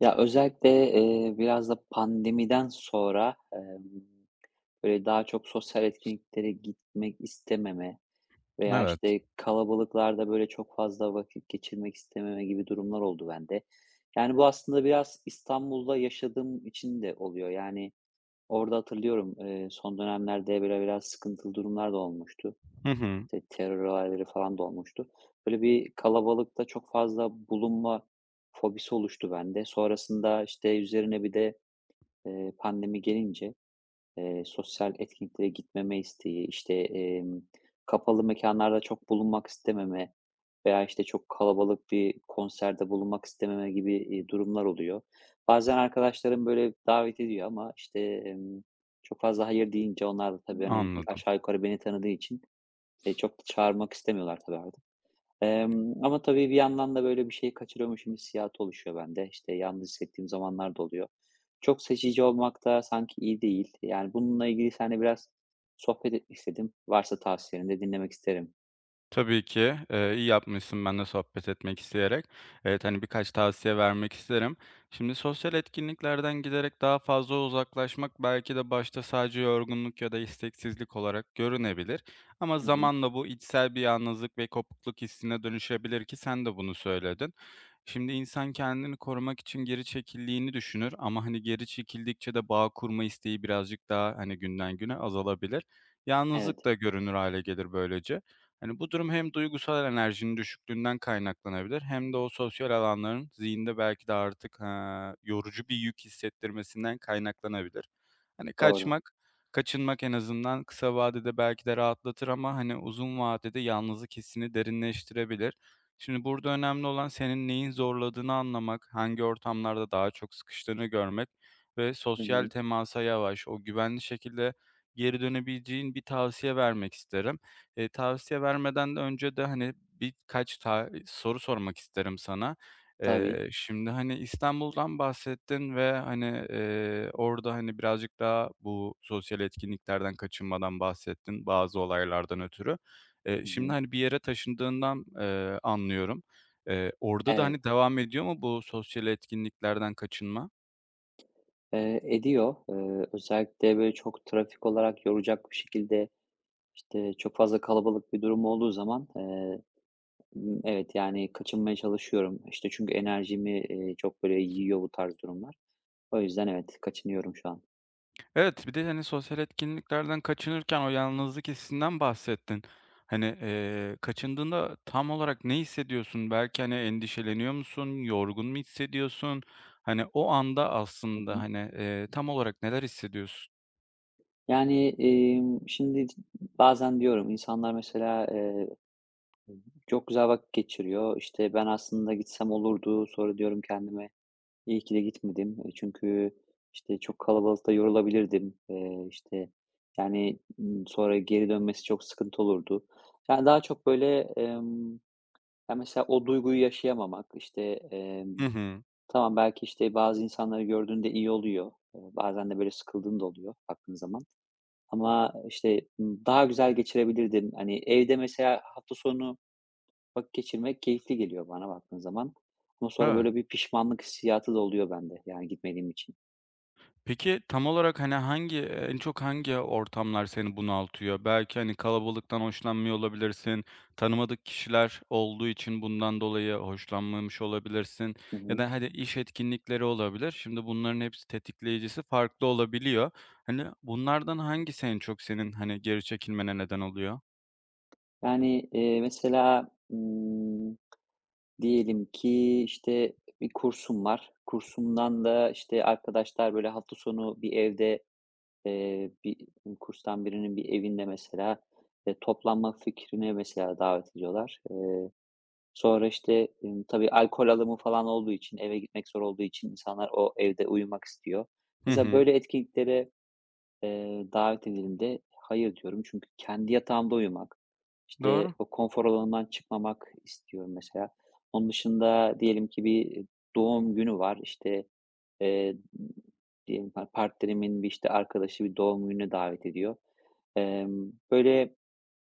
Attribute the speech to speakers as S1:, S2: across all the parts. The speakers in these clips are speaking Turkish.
S1: Ya, özellikle, biraz da pandemiden sonra, böyle, daha çok sosyal etkinliklere gitmek istememe veya,
S2: Evet.
S1: işte, kalabalıklarda, böyle, çok fazla vakit geçirmek istememe gibi durumlar oldu bende. Yani, bu aslında biraz İstanbul'da yaşadığım için de oluyor. Yani, orada hatırlıyorum, son dönemlerde, böyle, biraz sıkıntılı durumlar da olmuştu.
S2: Hı hı.
S1: Terör olayları falan da olmuştu. Böyle bir kalabalıkta çok fazla bulunma fobisi oluştu bende. Sonrasında, işte, üzerine bir de, pandemi gelince, sosyal etkinliklere gitmeme isteği, işte, kapalı mekânlarda çok bulunmak istememe veya, işte, çok kalabalık bir konserde bulunmak istememe gibi, durumlar oluyor. Bazen arkadaşlarım, böyle, davet ediyor ama, işte, çok fazla hayır deyince onlar da tabii, hani, bir
S2: Anladım.
S1: aşağı yukarı beni tanıdığı için çok da çağırmak istemiyorlar tabii artık. Ama tabii bir yandan da böyle bir şeyi kaçırıyormuşum hissiyatı oluşuyor bende. İşte, yalnız hissettiğim zamanlar da oluyor. Çok seçici olmak da sanki iyi değil. Yani, bununla ilgili seninle biraz sohbet etmek istedim. Varsa tavsiyelerini de dinlemek isterim.
S2: Tabii ki, iyi yapmışsın ben de sohbet etmek isteyerek. Evet, hani, birkaç tavsiye vermek isterim. Şimdi sosyal etkinliklerden giderek daha fazla uzaklaşmak belki de başta sadece yorgunluk ya da isteksizlik olarak görünebilir ama
S1: Hı hı.
S2: zamanla bu içsel bir yalnızlık ve kopukluk hissine dönüşebilir ki sen de bunu söyledin. Şimdi insan kendini korumak için geri çekildiğini düşünür ama, hani, geri çekildikçe de bağ kurma isteği birazcık daha, hani, günden güne azalabilir.
S1: Evet,
S2: Yalnızlık da görünür hale gelir böylece. Hani, bu durum hem duygusal enerjinin düşüklüğünden kaynaklanabilir hem de o sosyal alanların zihinde belki de artık, yorucu bir yük hissettirmesinden kaynaklanabilir. Hani,
S1: doğru.
S2: kaçmak, kaçınmak en azından kısa vadede belki de rahatlatır ama, hani, uzun vadede yalnızlık hissini derinleştirebilir. Şimdi burada önemli olan senin neyin zorladığını anlamak, hangi ortamlarda daha çok sıkıştığını görmek ve
S1: Hı
S2: sosyal
S1: hı.
S2: temasa yavaş, o güvenli şekilde geri dönebileceğin bir tavsiye vermek isterim. Tavsiye vermeden de önce de, hani, birkaç ta soru sormak isterim sana.
S1: Tabii.
S2: Şimdi, hani, İstanbul'dan bahsettin ve, hani, orada, hani, birazcık daha bu sosyal etkinliklerden kaçınmadan bahsettin bazı olaylardan ötürü.
S1: Hı
S2: Şimdi,
S1: hı.
S2: hani, bir yere taşındığından, anlıyorum. Orada da,
S1: Evet,
S2: hani, devam ediyor mu bu sosyal etkinliklerden kaçınma?
S1: ediyor. Özellikle böyle çok trafik olarak yoracak bir şekilde, işte, çok fazla kalabalık bir durum olduğu zaman, evet, yani, kaçınmaya çalışıyorum. İşte, çünkü enerjimi, çok böyle yiyor bu tarz durumlar. O yüzden evet, kaçınıyorum şu an.
S2: Evet, bir de, hani, sosyal etkinliklerden kaçınırken o yalnızlık hissinden bahsettin. Hani, kaçındığında tam olarak ne hissediyorsun? Belki, hani, endişeleniyor musun? Yorgun mu hissediyorsun? Hani, o anda aslında,
S1: Hı.
S2: hani, tam olarak neler hissediyorsun?
S1: Yani, şimdi bazen diyorum insanlar mesela, çok güzel vakit geçiriyor. İşte, ben aslında gitsem olurdu. Sonra diyorum kendime, iyi ki de gitmedim. E, çünkü, işte, çok kalabalıkta yorulabilirdim. İşte, yani, sonra geri dönmesi çok sıkıntı olurdu. Yani, daha çok böyle, ya, mesela o duyguyu yaşayamamak. İşte,
S2: Hı hı.
S1: tamam belki, işte, bazı insanları gördüğünde iyi oluyor. Bazen de böyle sıkıldığın da oluyor baktığın zaman. Ama, işte, daha güzel geçirebilirdim. Hani, evde mesela hafta sonu vakit geçirmek keyifli geliyor bana baktığın zaman. Ama sonra
S2: Evet.
S1: böyle bir pişmanlık hissiyatı da oluyor bende, yani, gitmediğim için.
S2: Peki, tam olarak, hani, en çok hangi ortamlar seni bunaltıyor? Belki, hani, kalabalıktan hoşlanmıyor olabilirsin, tanımadık kişiler olduğu için bundan dolayı hoşlanmamış olabilirsin
S1: Hı
S2: ya
S1: hı.
S2: da, hadi, iş etkinlikleri olabilir. Şimdi bunların hepsi tetikleyicisi farklı olabiliyor. Hani, bunlardan hangisi en çok senin, hani, geri çekilmene neden oluyor?
S1: Yani, mesela, diyelim ki, işte, bir kursum var. Kursumdan da, işte, arkadaşlar, böyle, hafta sonu bir evde, bir kurstan birinin bir evinde mesela, toplanma fikrine mesela davet ediyorlar. Sonra, işte, tabii alkol alımı falan olduğu için, eve gitmek zor olduğu için insanlar o evde uyumak istiyor.
S2: Hı
S1: Mesela
S2: hı.
S1: böyle etkinliklere, davet edildiğimde hayır diyorum. Çünkü kendi yatağımda uyumak, işte,
S2: Doğru.
S1: o konfor alanından çıkmamak istiyorum mesela. Onun dışında diyelim ki bir doğum günü var. İşte, eee, diyelim partnerimin bir, işte, arkadaşı bir doğum gününe davet ediyor. Böyle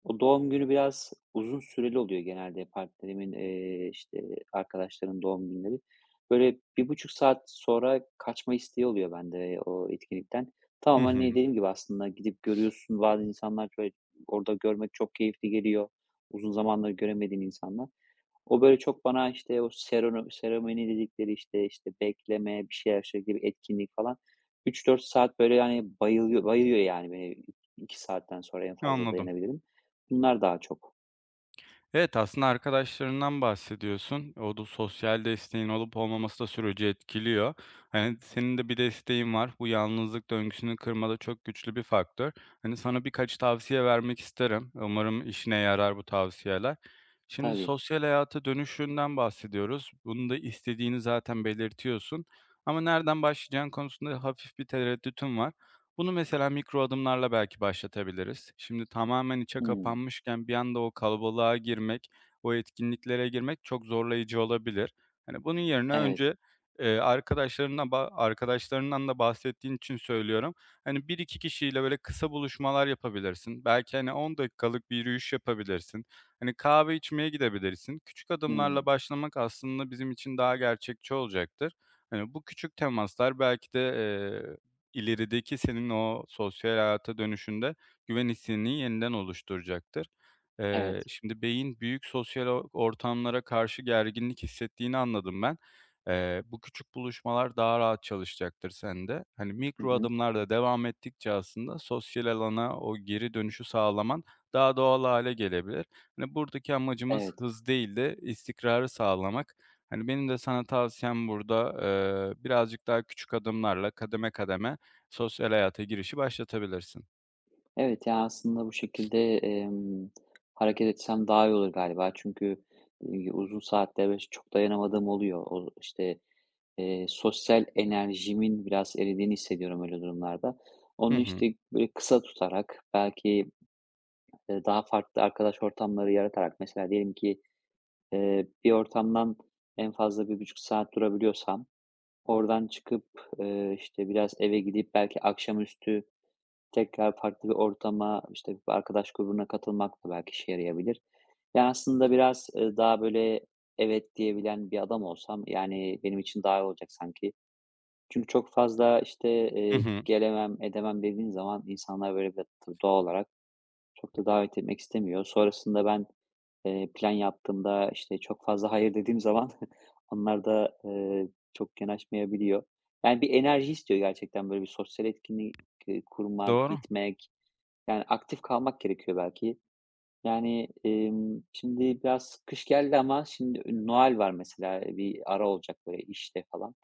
S1: o doğum günü biraz uzun süreli oluyor genelde partnerimin, işte, arkadaşlarımın doğum günleri. Böyle bir buçuk saat sonra kaçma isteği oluyor bende o etkinlikten. Tamam,
S2: Hı hı.
S1: hani, dediğim gibi aslında gidip görüyorsun, bazı insanlar böyle orada görmek çok keyifli geliyor. Uzun zamandır göremediğin insanlar. O, böyle, çok bana, işte, o seremoni dedikleri, işte, bekleme, bir şeyler şey gibi etkinlik falan 3-4 saat, böyle, yani, bayılıyor, yani, beni. 2 saatten sonra en fazla
S2: Anladım.
S1: dayanabilirim. Bunlar daha çok.
S2: Evet, aslında arkadaşlarından bahsediyorsun. O da sosyal desteğin olup olmaması da süreci etkiliyor. Hani senin de bir desteğin var. Bu yalnızlık döngüsünü kırmada çok güçlü bir faktör. Hani sana birkaç tavsiye vermek isterim. Umarım işine yarar bu tavsiyeler. Şimdi
S1: Tabii.
S2: sosyal hayata dönüşünden bahsediyoruz. Bunu da istediğini zaten belirtiyorsun. Ama nereden başlayacağın konusunda hafif bir tereddütün var. Bunu mesela mikro adımlarla belki başlatabiliriz. Şimdi tamamen içe
S1: Hımm.
S2: kapanmışken bir anda o kalabalığa girmek, o etkinliklere girmek çok zorlayıcı olabilir. Hani bunun yerine
S1: Evet.
S2: önce arkadaşlarından da bahsettiğin için söylüyorum. Hani bir iki kişiyle böyle kısa buluşmalar yapabilirsin. Belki hani 10 dakikalık bir yürüyüş yapabilirsin. Hani kahve içmeye gidebilirsin. Küçük adımlarla
S1: Hımm.
S2: başlamak aslında bizim için daha gerçekçi olacaktır. Hani bu küçük temaslar belki de ilerideki senin o sosyal hayata dönüşünde güven hissini yeniden oluşturacaktır.
S1: Evet.
S2: Şimdi beyin büyük sosyal o ortamlara karşı gerginlik hissettiğini anladım ben. Bu küçük buluşmalar daha rahat çalışacaktır sende. Hani,
S1: Hı
S2: mikro
S1: hı.
S2: adımlarla devam ettikçe aslında sosyal alana o geri dönüşü sağlaman daha doğal hale gelebilir. Hani, buradaki amacımız
S1: Evet.
S2: hız değil de istikrarı sağlamak. Hani, benim de sana tavsiyem burada, birazcık daha küçük adımlarla kademe kademe sosyal hayata girişi başlatabilirsin.
S1: Evet, ya, aslında bu şekilde, hareket etsem daha iyi olur galiba. Çünkü, uzun saatlere çok dayanamadığım oluyor. O, işte, sosyal enerjimin biraz eridiğini hissediyorum öyle durumlarda.
S2: Hı
S1: Onu,
S2: hı.
S1: işte, böyle, kısa tutarak belki, daha farklı arkadaş ortamları yaratarak mesela diyelim ki, bir ortamdan en fazla 1,5 saat durabiliyorsam oradan çıkıp, işte, biraz eve gidip belki akşamüstü tekrar farklı bir ortama, işte, bir arkadaş grubuna katılmak da belki işe yarayabilir. Yani, aslında biraz, daha, böyle, evet diyebilen bir adam olsam, yani, benim için daha iyi olacak sanki. Çünkü çok fazla, işte,
S2: Hı hı.
S1: gelemem, edemem dediğin zaman insanlar, böyle, bir tabii doğal olarak çok da davet etmek istemiyor. Sonrasında ben, plan yaptığımda, işte, çok fazla hayır dediğim zaman onlar da, çok yanaşmayabiliyor. Yani, bir enerji istiyor gerçekten, böyle, bir sosyal etkinlik, kurmak,
S2: Doğru.
S1: gitmek, yani, aktif kalmak gerekiyor belki. Yani, şimdi biraz kış geldi ama şimdi Noel var mesela, bir ara olacak, böyle, işte, falan.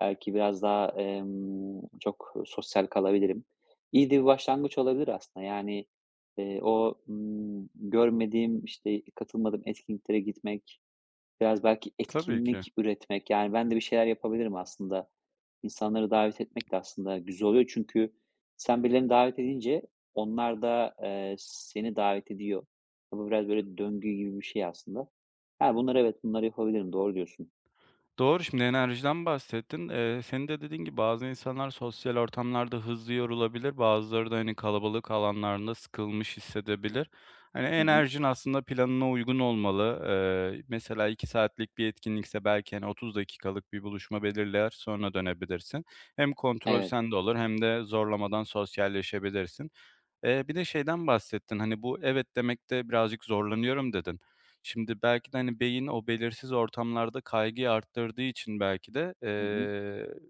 S1: Belki biraz daha, çok sosyal kalabilirim. İyi de bir başlangıç olabilir aslında. Yani, o, görmediğim, işte, katılmadığım etkinliklere gitmek, biraz belki
S2: Tabii ki.
S1: etkinlik üretmek, yani, ben de bir şeyler yapabilirim aslında. İnsanları davet etmek de aslında güzel oluyor çünkü sen birilerini davet edince onlar da, seni davet ediyor. Bu biraz böyle döngü gibi bir şey aslında. Ha, bunları evet, bunları yapabilirim. Doğru diyorsun.
S2: Doğru, şimdi enerjiden bahsettin. Senin de dediğin gibi bazı insanlar sosyal ortamlarda hızlı yorulabilir. Bazıları da, hani, kalabalık alanlarında sıkılmış hissedebilir. Hani,
S1: Hı hı.
S2: enerjin aslında planına uygun olmalı. Mesela 2 saatlik bir etkinlikse belki, hani, 30 dakikalık bir buluşma belirler, sonra dönebilirsin. Hem kontrol
S1: Evet.
S2: sende olur hem de zorlamadan sosyalleşebilirsin. Bir de şeyden bahsettin, hani, bu "evet" demekte birazcık zorlanıyorum dedin. Şimdi belki de, hani, beyin o belirsiz ortamlarda kaygıyı arttırdığı için belki de,
S1: Hı hı.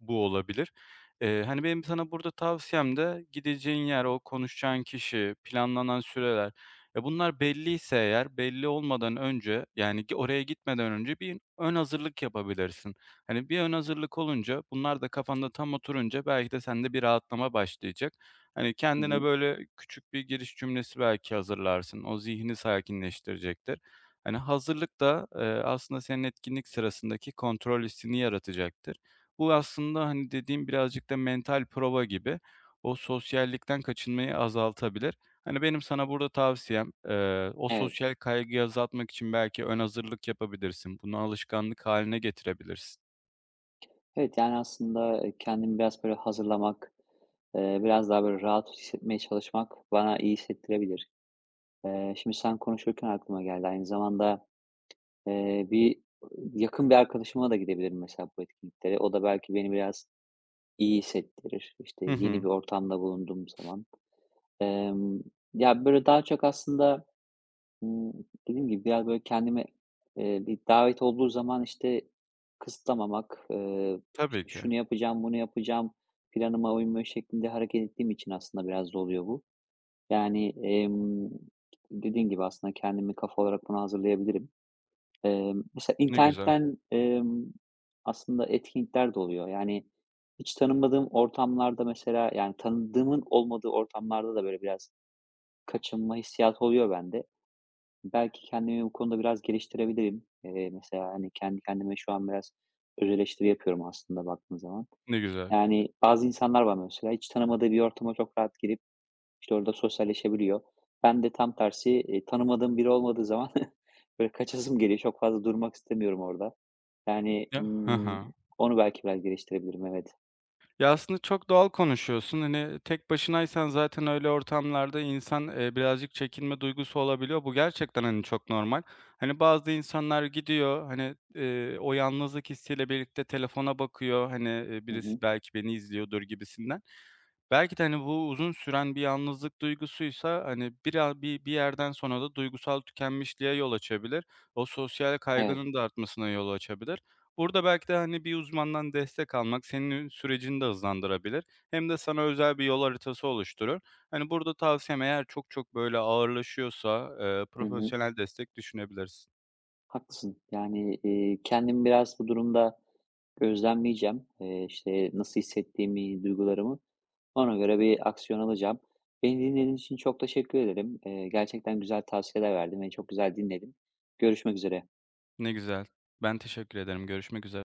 S2: bu olabilir. Hani, benim sana burada tavsiyem de gideceğin yer, o konuşacağın kişi, planlanan süreler, ya, bunlar belliyse eğer belli olmadan önce, yani, oraya gitmeden önce bir ön hazırlık yapabilirsin. Hani, bir ön hazırlık olunca bunlar da kafanda tam oturunca belki de sende bir rahatlama başlayacak. Hani,
S1: Hı
S2: kendine,
S1: hı.
S2: böyle, küçük bir giriş cümlesi belki hazırlarsın. O zihni sakinleştirecektir. Hani, hazırlık da, aslında senin etkinlik sırasındaki kontrol hissini yaratacaktır. Bu aslında, hani, dediğim birazcık da mental prova gibi o sosyallikten kaçınmayı azaltabilir. Hani, benim sana burada tavsiyem, o
S1: Evet.
S2: sosyal kaygıyı azaltmak için belki ön hazırlık yapabilirsin. Bunu alışkanlık haline getirebilirsin.
S1: Evet, yani, aslında, kendimi biraz böyle hazırlamak, biraz daha böyle rahat hissetmeye çalışmak bana iyi hissettirebilir. Şimdi sen konuşurken aklıma geldi. Aynı zamanda, bir yakın bir arkadaşıma da gidebilirim mesela bu etkinliklere. O da belki beni biraz iyi hissettirir. İşte,
S2: Hı
S1: yeni
S2: hı.
S1: bir ortamda bulunduğum zaman. Emm, Ya, böyle daha çok aslında Imm, dediğim gibi biraz böyle kendime, bir davet olduğu zaman, işte, kısıtlamamak, işte,
S2: Tabii ki.
S1: şunu yapacağım, bunu yapacağım, planıma uymuyor şeklinde hareket ettiğim için aslında biraz da oluyor bu. Yani, dediğin gibi aslında kendimi kafa olarak buna hazırlayabilirim. Mesela
S2: Ne güzel,
S1: internetten, aslında etkinlikler de oluyor. Yani hiç tanımadığım ortamlarda mesela, yani tanıdığımın olmadığı ortamlarda da böyle biraz kaçınma hissiyatı oluyor bende. Belki kendimi bu konuda biraz geliştirebilirim. Mesela, hani, kendi kendime şu an biraz öz eleştiri yapıyorum aslında baktığın zaman.
S2: ne güzel.
S1: Yani, bazı insanlar var mesela hiç tanımadığı bir ortama çok rahat girip, işte, orada sosyalleşebiliyor. Ben de tam tersi, tanımadığım biri olmadığı zaman böyle kaçasım geliyor. Çok fazla durmak istemiyorum orada. Yani,
S2: Ya, hı hı.
S1: onu belki biraz geliştirebilirim, evet.
S2: Ya, aslında çok doğal konuşuyorsun. Hani, tek başınaysan zaten öyle ortamlarda insan, birazcık çekinme duygusu olabiliyor. Bu gerçekten, hani, çok normal. Hani, bazı insanlar gidiyor, hani, o yalnızlık hissiyle birlikte telefona bakıyor, hani,
S1: Hı hı.
S2: birisi belki beni izliyordur gibisinden. Belki de, hani, bu uzun süren bir yalnızlık duygusuysa, hani, bir yerden sonra da duygusal tükenmişliğe yol açabilir. O sosyal
S1: Evet.
S2: kaygının da artmasına yol açabilir. Burada belki de, hani, bir uzmandan destek almak senin sürecini de hızlandırabilir hem de sana özel bir yol haritası oluşturur. Hani, burada tavsiyem eğer çok çok, böyle, ağırlaşıyorsa,
S1: Hı hı.
S2: profesyonel destek düşünebilirsin.
S1: Haklısın. Yani, kendimi biraz bu durumda gözlemleyeceğim. İşte, nasıl hissettiğimi, duygularımı ona göre bir aksiyon alacağım. Beni dinlediğin için çok teşekkür ederim. Gerçekten güzel tavsiyeler verdin, ve çok güzel dinledim. Görüşmek üzere.
S2: Ne güzel. Ben teşekkür ederim. Görüşmek üzere.